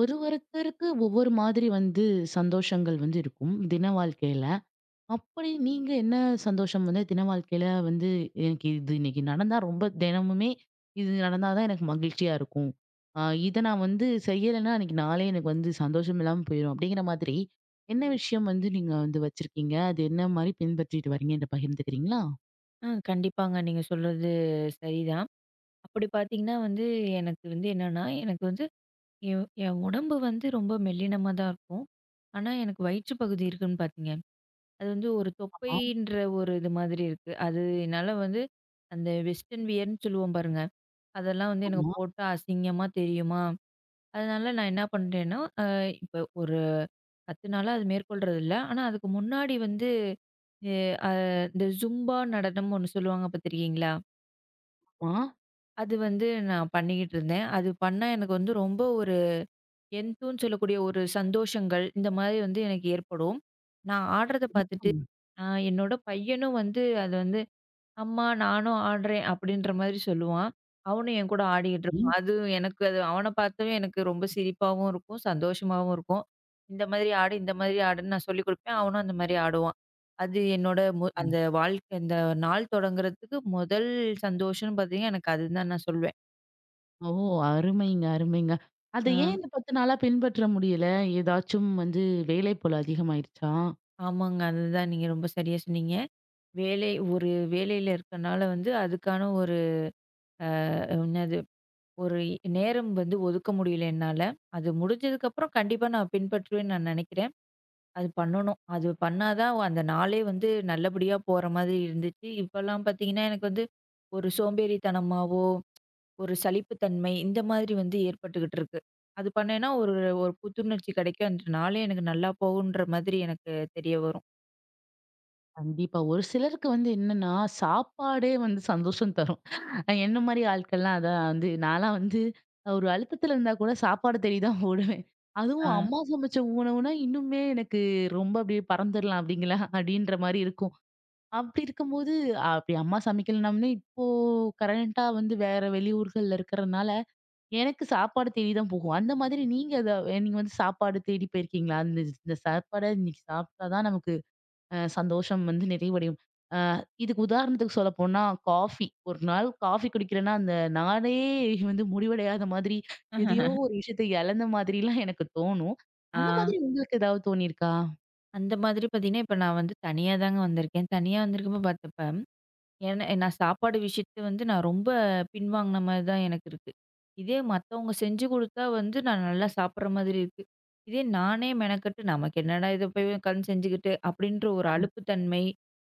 ஒரு ஒருத்தருக்கு ஒவ்வொரு மாதிரி வந்து சந்தோஷங்கள் வந்து இருக்கும் தின வாழ்க்கையில. அப்படி நீங்க என்ன சந்தோஷம் வந்து தின வாழ்க்கையில வந்து எனக்கு இது இன்னைக்கு நடந்தா ரொம்ப தினமுமே இது நடந்தா தான் எனக்கு மகிழ்ச்சியா இருக்கும். அ இத நான் வந்து செய்யலைன்னா அன்னைக்கு நாளே எனக்கு வந்து சந்தோஷம் இல்லாம போயிரும். அப்படிங்கிற மாதிரி என்ன விஷயம் வந்து நீங்க வந்து வச்சிருக்கீங்க? அது என்ன மாரி பின்பற்றிட்டு வரீங்கன்னு பகிர்ந்துக்கிறீங்களா? ஆ கண்டிப்பாங்க. நீங்க சொல்றது சரிதான். அப்படி பார்த்தீங்கன்னா வந்து, எனக்கு வந்து என்னன்னா, எனக்கு வந்து என் என் உடம்பு வந்து ரொம்ப மெல்லினமா தான் இருக்கும். ஆனா, எனக்கு வயிற்று பகுதி இருக்குன்னு பார்த்தீங்க. அது வந்து ஒரு ஆமா, தொப்பைன்ற ஒரு இது மாதிரி இருக்கு. அது என்னால வந்து அந்த வெஸ்டர்ன் வியர்ன்னு சொல்லுவோம் பாருங்க. அதெல்லாம் வந்து எனக்கு ஆமா, போட்டா அசிங்கமா தெரியுமா? அதனால நான் என்ன பண்ட்டேன்னா, இப்ப ஒரு 10 நாளா அது மேற்கொள்றதில்ல. ஆனா, அதுக்கு முன்னாடி வந்து, அ இந்த ஜும்பா நடனம் ஒண்ணு சொல்லுவாங்க பார்த்துருக்கீங்களா? ஆமா. அது வந்து நான் பண்ணிக்கிட்டு இருந்தேன். அது பண்ணா எனக்கு வந்து ரொம்ப ஒரு கெத்துன்னு சொல்லக்கூடிய ஒரு சந்தோஷங்கள், இந்த மாரி வந்து எனக்கு ஏற்படும். நான் ஆடுறத பார்த்துட்டு, ம். அ என்னோட பையனும் வந்து அது வந்து, "அம்மா நானும் ஆடுறேன்" அப்படின்ற மாரி சொல்லுவான். அவனும் என் கூட ஆடிக்கிட்டு ம், இருப்பான். அது எனக்கு அது அவன பார்த்தாவே எனக்கு ரொம்ப சிரிப்பாவும் இருக்கும், சந்தோஷமாவும் இருக்கும். இந்த மாதிரி ஆடு, இந்த மாதிரி ஆடுன்னு நான் சொல்லிக் குடுப்பேன். அவனும் அந்த மாரி ஆடுவான். அது என்னோட அந்த வாழ்க்கை இந்த நாள் தொடங்குறதுக்கு முதல் சந்தோஷம்னு பார்த்தீங்கன்னா, எனக்கு அதுதான் நான் சொல்லுவேன். ஓ! அருமைங்க, அருமைங்க. அத ஆ, ஏன் இந்த 10 நாளா பின்பற்ற முடியல? ஏதாச்சும் வந்து வேலைப்பளு அதிகமாயிருச்சா? ஆமாங்க. அதுதான் நீங்க ரொம்ப சரியா சொன்னீங்க. வேலை ஒரு வேலையில இருக்கனால வந்து அதுக்கான ஒரு என்னது ஒரு நேரம் வந்து ஒதுக்க முடியல என்னால. அது முடிஞ்சதுக்கப்புறம் கண்டிப்பா நான் பின்பற்றுவேன்னு நான் நெனைக்கிறேன். அது பண்ணணும். அது பண்ணா தான் அந்த நாளே வந்து நல்லபடியா போற மாதிரி இருந்துச்சு. இப்பலாம் பார்த்தீங்கன்னா, எனக்கு வந்து ஒரு சோம்பேறித்தனமாவோ, ஒரு சலிப்புத்தன்மை இந்த மாதிரி வந்து ஏற்பட்டுக்கிட்டு இருக்கு. அது பண்ணேன்னா ஒரு ஒரு புத்துணர்ச்சி கெடைக்கும். அந்த நாளே எனக்கு நல்லா போகுன்ற மாதிரி எனக்கு தெரிய வரும். கண்டிப்பா. ஒரு சிலருக்கு வந்து என்னன்னா, சாப்பாடே வந்து சந்தோஷம் தரும். என்ன மாரி ஆட்கள்லாம் அதான் வந்து நான்லாம் வந்து ஒரு அழுத்தத்துல இருந்தா கூட சாப்பாடு தேடி தான் ஓடுவேன். ஆ. அதுவும் அம்மா சமைச்ச உணவுனா இன்னுமே எனக்கு ரொம்ப அப்படியே பறந்துரலாம் அப்படிங்களா அப்படின்ற மாரி இருக்கும். அப்படி இருக்கும்போது, அப்படி அம்மா சமைக்கலனாலுமே இப்போ கரண்ட்டா வந்து வேற வெளியூர்கள்ல இருக்கிறனால எனக்கு சாப்பாடு தேடி தான் போகும். அந்த மாதிரி நீங்க அத நீங்க வந்து சாப்பாடு தேடி போயிருக்கீங்களா? இந்த இந்த சாப்பாட இன்னைக்கு சாப்பிட்டா தான் நமக்கு சந்தோஷம் வந்து நிறைவடையும். அ இதுக்கு உதாரணத்துக்கு சொல்லப்போனா காஃபி. ஒரு நாள் காஃபி குடிக்கிறேன்னா, அந்த நாளே வந்து முடிவடையாத மாதிரி, எதையோ ஒரு விஷயத்த இழந்த மாதிரிலாம் எனக்கு தோணும். ஆ. அந்த மாதிரி உங்களுக்கு ஏதாவது தோணியிருக்கா? அந்த மாதிரி பார்த்தீங்கன்னா, இப்ப நான் வந்து தனியா தாங்க வந்திருக்கேன். தனியா வந்திருக்கும்போது பார்த்தப்ப, ஏன்னா நான் சாப்பாடு விஷயத்துல வந்து நான் ரொம்ப பின்வாங்கின மாதிரி தான் எனக்கு இருக்கு. இதே மத்தவங்க செஞ்சு குடுத்தா வந்து நான் நல்லா சாப்பிடுற மாதிரி இருக்கு. இதே நானே மெனக்கட்டு நமக்கு என்னடா இத போய் உட்காந்து செஞ்சுக்கிட்டு அப்படின்ற ஒரு அலுப்பு தன்மை.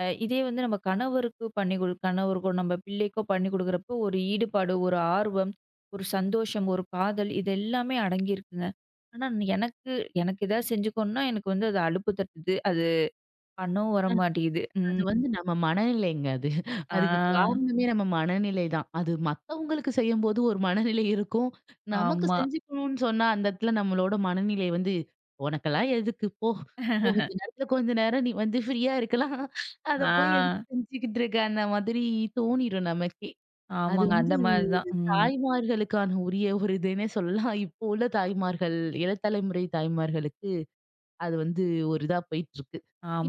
இதே வந்து நம்ம கணவருக்கு பண்ணி குடு கணவருக்கோ நம்ம பிள்ளைக்கோ பண்ணி குடுக்குறப்போ ஒரு ஈடுபாடு, ஒரு ஆர்வம், ஒரு சந்தோஷம், ஒரு காதல் இது எல்லாமே அடங்கியிருக்குங்க. ஆனா எனக்கு எனக்கு ஏதாவது செஞ்சுக்கணும்னா எனக்கு வந்து அது அலுப்பு தட்டுது. அது பண்ணவும் வர மாட்டேங்குது. அது ம். வந்து நம்ம மனநிலைங்க அது. அதுக்கு ஆ. காரணமே நம்ம மனநிலை தான். அது மத்தவங்களுக்கு செய்யும்போது ஒரு மனநிலை இருக்கும். நமக்கு ஆமா. செஞ்சுக்கணும்னு சொன்னா, அந்த இடத்துல நம்மளோட மனநிலை வந்து, "உனக்கெல்லாம் எதுக்கு போ. போ கொஞ்ச நேரத்துல கொஞ்ச நேரம் நீ வந்து ஃப்ரீயா இருக்கலாம். அத ஆ, போய் எதுக்கு செஞ்சுக்கிட்டு இருக்க?" அந்த மாதிரி தோணிரும் நமக்கே. அது ஆமாங்க. அந்த வந்து மாரி தான். ம். தாய்மார்களுக்கான உரிய ஒரு இதுன்னே சொல்லலாம். இப்போ உள்ள தாய்மார்கள், இள தலைமுறை தாய்மார்களுக்கு. அது வந்து ஒரு இதா போயிட்டுருக்கு.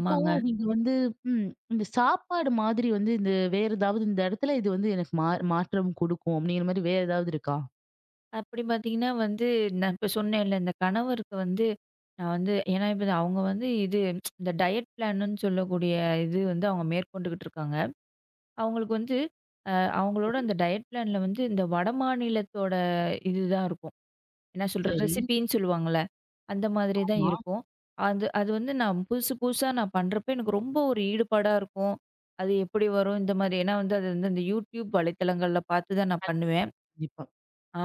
இப்போ நீங்க வந்து ம். இந்த சாப்பாடு மாதிரி வந்து இந்த வேற ஏதாவது இந்த இடத்துல இது வந்து எனக்கு மாற்றம் கொடுக்கும் அப்படிங்கிற மாரி வேற ஏதாவது இருக்கா? அப்படி பார்த்தீங்கன்னா வந்து, நான் இப்ப சொன்னேன்ல, இந்த கணவருக்கு வந்து நான் வந்து ஏன்னா இப்ப அவங்க வந்து இது இந்த டயட் பிளானுன்னு சொல்லக்கூடிய இது வந்து அவங்க மேற்கொண்டுகிட்டு இருக்காங்க. அவங்களுக்கு வந்து அ அவங்களோட சரி. அந்த டயட் பிளான்ல வந்து இந்த வடமாநிலத்தோட இதுதான் இருக்கும். என்ன சொல்றது? சரி. ரெசிபின்னு சொல்லுவாங்கல்ல. அந்த மாதிரி தான் ஆமா. இருக்கும். அது அது வந்து நான் புதுசு புதுசா நான் பண்றப்ப எனக்கு ரொம்ப ஒரு ஈடுபாடா இருக்கும். அது எப்படி வரும் இந்த மாதிரி ஏன்னா வந்து அது வந்து அந்த YouTube வலைத்தளங்கள்ல பார்த்து தான் நான் கண்டிப்பா, பண்ணுவேன். கண்டிப்பா. ஆ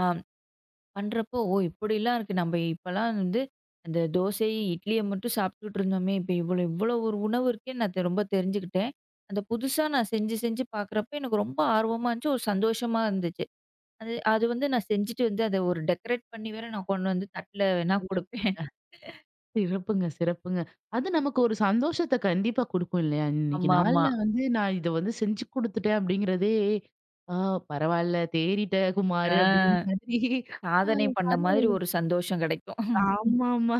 பண்றப்போ ஓ! இப்படிலாம் இருக்கு. நம்ம இப்பலாம் வந்து அந்த தோசை, இட்லிய மட்டும் சாப்பிட்டுட்டு இருந்தோமே! இப்ப இவ்வளோ இவ்வளோ ஒரு உணவு இருக்கேன்னு நான் ரொம்ப தெரிஞ்சுக்கிட்டேன். அந்த புதுசா நான் செஞ்சு செஞ்சு பார்க்குறப்ப எனக்கு ரொம்ப ஆர்வமா இருந்துச்சு. ஒரு சந்தோஷமா இருந்துச்சு. அது அது வந்து நான் செஞ்சுட்டு வந்து அத ஒரு டெக்கரேட் பண்ணி வேற நான் கொண்டு வந்து தட்ல வேணா சிறப்புங்க, குடுப்பேன். சிறப்புங்க, சிறப்புங்க. அது நமக்கு ஒரு சந்தோஷத்த கண்டிப்பா குடுக்கும் இல்லையா? இன்னைக்கு நாள்ல ஆமாமா. வந்து நான் இத வந்து செஞ்சு குடுத்துட்டேன் அப்படிங்கிறதே, ஆ பரவால்ல தேறிட்ட ஆ. குமாரு அப்படிங்கிற மாதிரி. சாதனை பண்ண மாதிரி அது ஒரு சந்தோஷம் கிடைக்கும். ஆமாமா.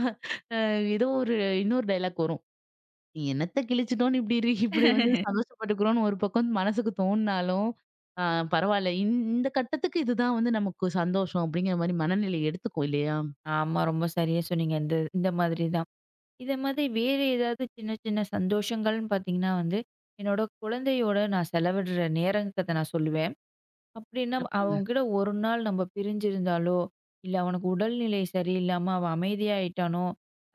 அ ஏதோ ஒரு இன்னொரு டயலாக் வரும். நீ என்னத்த கிழிச்சிட்டோம்னு இப்படி இரு இப்படி வந்து சந்தோஷப்பட்டுக்கிறோம்னு ஒரு பக்கம் மனசுக்கு தோணுனாலும், ஆ பரவால்ல. இந்த கட்டத்துக்கு இதுதான் வந்து நமக்கு சந்தோஷம் அப்படிங்கிற மாரி மனநிலை எடுத்துக்கும் இல்லையா? ஆமா. ரொம்ப சரியா சொன்னீங்க. இந்த இந்த மாதிரி தான். இத மாதிரி வேறு ஏதாவது சின்ன சின்ன சந்தோஷங்கள்ன்னு பார்த்தீங்கன்னா வந்து, என்னோட குழந்தையோட நான் செலவிடுற நேரத்த நான் சொல்லுவேன். அப்படின்னா சிறப்புங்க. அவன்கிட்ட ஒரு நாள் நம்ம பிரிஞ்சிருந்தாலோ, இல்ல அவனுக்கு உடல்நிலை சரியில்லாம அவன் அமைதியாயிட்டானோ,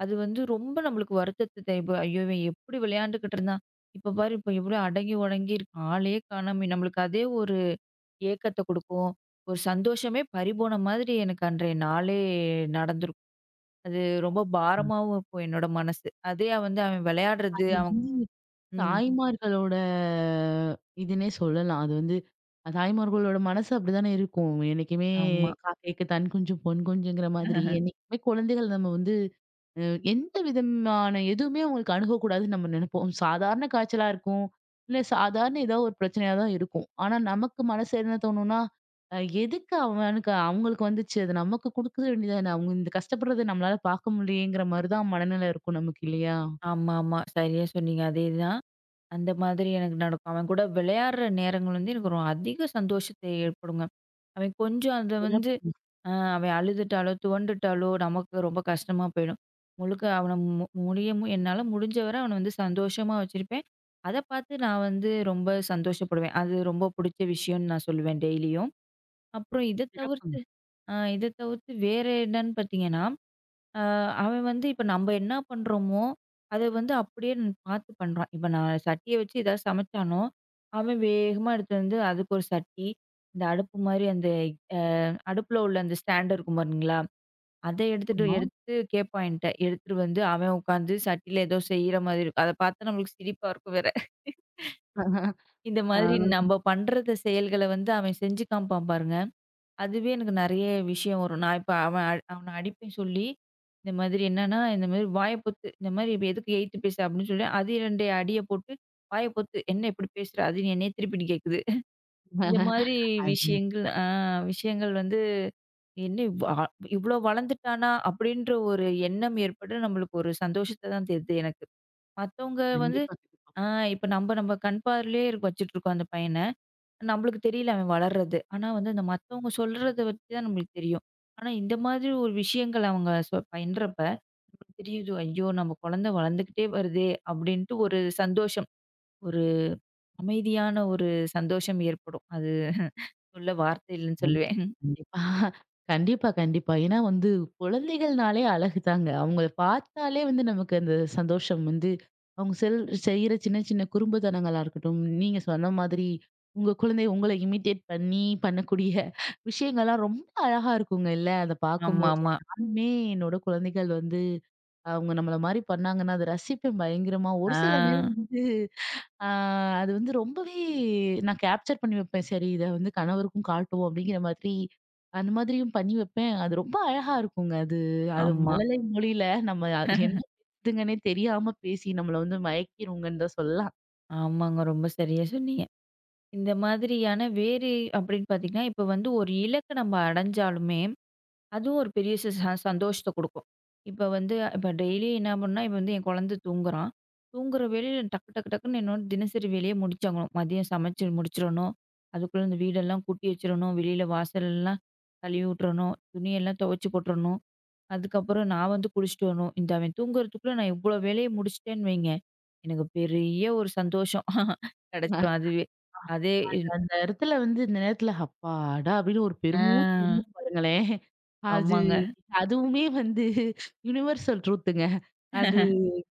அது வந்து ரொம்ப நம்மளுக்கு வருத்தத்த தேவை. ஐயோ! இவன் எப்படி விளையாண்டுக்கிட்டு இருந்தான். இப்ப பாரு இப்ப எவ்வளோ அடங்கி ஒடங்கி இருக்கான். ஆளே காணோமே நம்மளுக்கு அதே ஒரு ஏக்கத்த குடுக்கும். ஒரு சந்தோஷமே பறிபோன மாதிரி எனக்கு அன்றைய நாளே நடந்திருக்கும். அது ரொம்ப பாரமாவும் இருக்கும் என்னோட மனசு. அதே வந்து அவன் விளையாடுறது அது அவன் வந்து ம். தாய்மார்களோட இதுன்னே சொல்லலாம். அது வந்து தாய்மார்களோட மனசு அப்படிதானே இருக்கும். என்னைக்குமே ஆமா. "காக்கைக்கு தன் குஞ்சும் பொன் குஞ்சுங்கிற" மாதிரி என்னைக்குமே குழந்தைகள் நம்ம வந்து அ எந்த விதமான எதுவுமே அவங்களுக்கு அணுகக்கூடாதுன்னு நம்ம நெனைப்போம். சாதாரண காய்ச்சலா இருக்கும். இல்ல சாதாரண ஏதோ ஒரு பிரச்சனையா தான் இருக்கும். ஆனா நமக்கு மனசு என்ன தோணும்னா, அ எதுக்கு அவனுக்கு அவங்களுக்கு வந்துச்சு? அது நமக்கு குடுக்க வேண்டியதானே! அவங்க இந்த கஷ்டப்படுறத நம்மளால பார்க்க முடியலயேங்கிற மாரி தான் மனநிலை இருக்கும் நமக்கு இல்லையா? ஆமா, ஆமா. சரியா சொன்னீங்க. அதேதான். அந்த மாதிரி எனக்கு நடக்கும். அவன் கூட விளையாடுற நேரங்கள் வந்து எனக்கு ரொம்ப அதிக சந்தோஷத்தை ஏற்படுங்க. அவன் கொஞ்சம் அத சிறப் வந்து ஆ அவன் அழுதுட்டாலோ, துவண்டுட்டாலோ நமக்கு ரொம்ப கஷ்டமா போயிடும். முழுக்க அவன முடியுமோ என்னால முடிஞ்ச வர அவன வந்து சந்தோஷமா வச்சிருப்பேன். அத பார்த்து நான் வந்து ரொம்ப சந்தோஷப்படுவேன். அது ரொம்ப புடிச்ச விஷயம்னு நான் சொல்லுவேன் டெய்லியும். அப்புறம் இத தவிர்த்து சிறப்புங்க. வேற என்னன்னு பார்த்தீங்கன்னா, ஆ அவன் வந்து இப்ப நம்ம என்ன பண்றோமோ, அத வந்து அப்படியே நான் பார்த்து பண்றான். இப்ப நான் சட்டிய வச்சு ஏதாவது சமைச்சானோ, அவன் வேகமா எடுத்துட்டு வந்து அதுக்கு ஒரு சட்டி, இந்த அடுப்பு மாரி அந்த அடுப்புல உள்ள அந்த ஸ்டாண்ட் இருக்கும் பாருங்களா, அத எடுத்துட்டு ஆமா. எடுத்து கேட்பான் என்ட்ட. எடுத்துட்டு வந்து அவன் உட்காந்து சட்டியில ஏதோ செய்ற மாதிரி இருக்கும். அத பார்த்தா நம்மளுக்கு சிரிப்பா இருக்கும் வேற. இந்த ஆ மாதிரி நம்ம பண்றத செயல்கள வந்து அவன் செஞ்சு காமிப்பான் பாருங்க. அதுவே எனக்கு நெறைய விஷயம் வரும். நான் இப்ப அவன அடிப்பேன் சொல்லி, இந்த மாதிரி என்னன்னா, இந்த மாதிரி "வாய பொத்து, இந்த மாதிரி இப்ப எதுக்கு எய்த்து பேச" அப்படின்னு சொல்லி, அது 2 அடிய போட்டு, "வாய பொத்து, என்ன இப்படி பேசுற? அது என்னைய திருப்பி கேட்குது." இந்த மாதிரி அது விஷயங்கள் ஆ விஷயங்கள் வந்து என்ன இவ்ளோ வளர்ந்துட்டானா? அப்படின்ற ஒரு எண்ணம் ஏற்பட்டு நம்மளுக்கு ஒரு சந்தோஷத்த தான் தருது எனக்கு. மத்தவங்க வந்து கண்டிப்பா, கண்டிப்பா. ஆ இப்ப நம்ம கண் பார்வையிலே இருக்க வச்சுட்டுருக்கோம் அந்த பையன. நம்மளுக்கு தெரியல அவன் வளர்றது. ஆனா வந்து இந்த மத்தவங்க சொல்றத வச்சு தான் நம்மளுக்கு தெரியும். ஆனா இந்த மாதிரி ஒரு விஷயங்கள் அவங்க பயின்றப்ப, நமக்கு தெரியுது, "ஐயோ! நம்ம குழந்தை வளர்ந்துக்கிட்டே வருதே!" அப்படின்ட்டு ஒரு சந்தோஷம். ஒரு அமைதியான ஒரு சந்தோஷம் ஏற்படும். அது சொல்ல வார்த்தை இல்லன்னு கண் சொல்லுவேன். கண்டிப்பா. கண்டிப்பா, கண்டிப்பா. ஏன்னா வந்து குழந்தைகள்னாலே அழகு தாங்க. அவங்கள பார்த்தாலே வந்து நமக்கு அந்த சந்தோஷம் வந்து அவங்க செய்ற சின்ன சின்ன குறும்புத்தனங்களா இருக்கட்டும், நீங்க சொன்ன மாதிரி உங்க குழந்தை உங்கள இமிட்டேட் பண்ணி பண்ணக்கூடிய விஷயங்கள்லாம் ரொம்ப அழகா இருக்குங்க இல்ல? அத பார்க்கும்போது ஆமாமா. நானுமே என்னோட குழந்தைகள் வந்து அவங்க நம்மள மாரி பண்ணாங்கன்னா, அத ரசிப்பேன் பயங்கரமா. ஒரு சில நேரம் ஆ. வந்து ஆ அது வந்து ரொம்பவே நான் கேப்சர் பண்ணி வைப்பேன். சரி இத வந்து கணவருக்கும் காட்டுவோம் அப்படிங்கிற மாதிரி, அந்த மாதிரியும் பண்ணி வைப்பேன். அது ரொம்ப அழகா இருக்குங்க. அது அது ஆமா. மழலை மொழியில நம்ம அது என்ன பேசுதுங்கன்னே தெரியாம பேசி நம்மள வந்து மயக்கிருங்கன்னு தான் சொல்லலாம். ஆமாங்க. ரொம்ப சரியா சொன்னீங்க. இந்த மாதிரியான வேறு அப்படின்னு பார்த்தீங்கன்னா, இப்ப வந்து ஒரு இலக்க நம்ம அடைஞ்சாலுமே, அதுவும் ஒரு பெரிய சந்தோஷத்த குடுக்கும். இப்ப வந்து இப்ப டெய்லி என்ன பண்ணா, இப்ப வந்து என் குழந்தை தூங்குறான். தூங்குற வேலையில டக்கு டக்கு டக்குன்னு என்னோட தினசரி வேலைய முடிச்சாகணும். மதியம் சமைச்சு முடிச்சிரணும். அதுக்குள்ள இந்த வீடெல்லாம் கூட்டி வச்சிரணும். வெளியில வாசல்லாம் கழுவி விட்டுறணும். துணியெல்லாம் துவைச்சு போட்டுறணும். அதுக்கப்புறம் நான் வந்து குளிச்சுட்டு வரணும். இந்த அவன் தூங்குறதுக்குள்ள நான் இவ்ளோ வேலைய முடிச்சுட்டேன்னு வைங்க, எனக்கு பெரிய ஒரு சந்தோஷம். கிடைச்சிரும் அதுவே. அதே இன் அந்த இடத்துல வந்து இந்த நேரத்துல அப்பாடா! அப்படின்னு ஒரு ஆ பெருமூச்சு விடுவோம் பாருங்களேன். அது ஆமாங்க. அதுவுமே வந்து யுனிவர்சல் ட்ரூத்துங்க. அது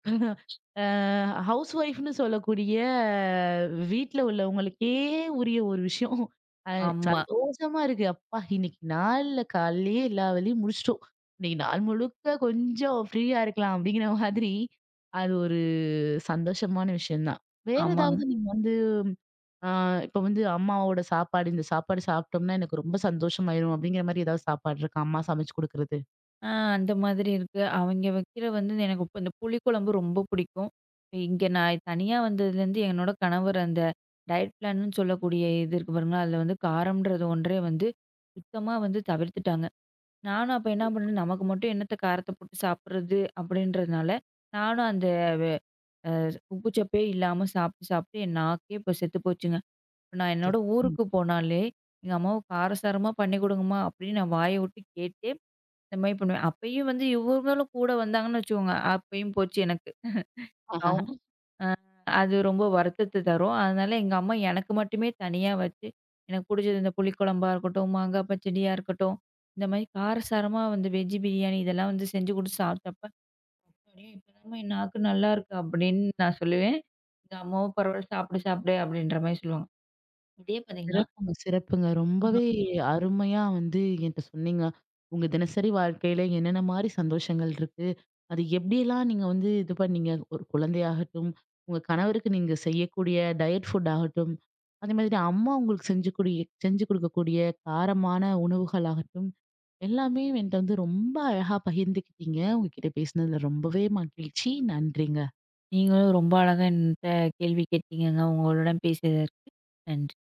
அ ஹவுஸ் ஒய்ஃப்ன்னு சொல்லக்கூடிய வீட்ல உள்ளவங்களுக்கே உரிய ஒரு விஷயம். அ ஆமா, சந்தோஷமா இருக்கு. அப்பா இன்னைக்கு நாள்ல காலையிலேயே எல்லா வேலையும் முடிச்சுட்டோம். இன்னைக்கு நாள் முழுக்க கொஞ்சம் ஃப்ரீயா இருக்கலாம் அப்படிங்கிற மாதிரி, அது ஒரு சந்தோஷமான விஷயம் தான். வேற ஆமாங்க. ஏதாவது நீங்க வந்து அ இப்ப வந்து அம்மாவோட சாப்பாடு, இந்த சாப்பாடு சாப்பிட்டோம்னா எனக்கு ரொம்ப சந்தோஷமாயிரும் அப்படிங்கிற மாரி ஏதாவது சாப்பாடு இருக்கா? அம்மா சமைச்சு குடுக்குறது? ஆ அந்த மாதிரி இருக்கு. அவைங்க வைக்கிற வந்து எனக்கு இப்ப இந்த புளிக்குழம்பு ரொம்ப பிடிக்கும். இங்க நான் தனியா வந்ததுலேருந்து என்னோட கணவர் அந்த டயட் பிளான்னு சொல்லக்கூடிய இது இருக்கு பாருங்களா, அதில வந்து காரம்ன்றது ஒன்றே வந்து சுத்தமா வந்து தவிர்த்துட்டாங்க. நானும் அப்ப என்ன பண்ணேன், நமக்கு மட்டும் என்னத்த காரத்த போட்டு சாப்பிடுறது அப்படின்றதுனால, நானும் அந்த வெ உப்பு சப்பே இல்லாம சாப்பிட்டு, சாப்பிட்டு என் நாக்கே இப்ப செத்து போச்சுங்க. இப்ப நான் என்னோட ஊருக்கு போனாலே, எங்க அம்மாவ காரசாரமா பண்ணி கொடுங்கம்மா அப்படின்னு நான் வாய விட்டு கேட்டு, இந்த மாரி பண்ணுவேன். அப்பயும் வந்து இவங்களும் கூட வந்தாங்கன்னு வச்சுக்கோங்க, அப்பயும் போச்சு எனக்கு. அவங்க அ அது ரொம்ப வருத்தத்த தரும். அதனால எங்க அம்மா எனக்கு மட்டுமே தனியா வச்சு, எனக்கு புடிச்சது இந்த புளிக்குழம்பா இருக்கட்டும், மாங்கா பச்சடியா இருக்கட்டும், இந்த மாரி காரசாரமா வந்து வெஜ் பிரியாணி இதெல்லாம் வந்து செஞ்சு குடுத்து சாப்ட்டப்ப, "அடேய்! இப்பதாம்மா என் நாக்கு நல்லாருக்கு" அப்படின்னு நான் சொல்லுவேன். எங்க அம்மாவும், "பரவால்ல சாப்பிடு, சாப்பிடு" அப்படின்ற மாரி சொல்லுவாங்க. இதே பார்த்தீங்கன்னா, சிறப்புங்க, சிறப்புங்க. ஆ ரொம்பவே அருமையா வந்து என்ட்ட சொன்னீங்க. உங்க தினசரி வாழ்க்கையில என்னென்ன மாரி சந்தோஷங்கள் இருக்கு? அது எப்படியெல்லாம் நீங்க வந்து இது பண்ணீங்க? ஒரு குழந்தையாகட்டும், உங்க கணவருக்கு நீங்க செய்யக்கூடிய டயட் ஃபுட் ஆகட்டும், அதே மாதிரி அம்மா உங்களுக்கு செஞ்சு கூடிய செஞ்சு குடுக்கக்கூடிய காரமான உணவுகளாகட்டும், எல்லாமே என்ட்ட வந்து ரொம்ப அழகா பகிர்ந்துக்கிட்டீங்க. உங்ககிட்ட பேசினதுல ரொம்பவே மகிழ்ச்சி. நன்றிங்க. நீங்களும் ரொம்ப அழகா என்ட்ட கேள்வி கேட்டீங்கங்க. உங்களுடன் பேசியதற்கு நன்றி.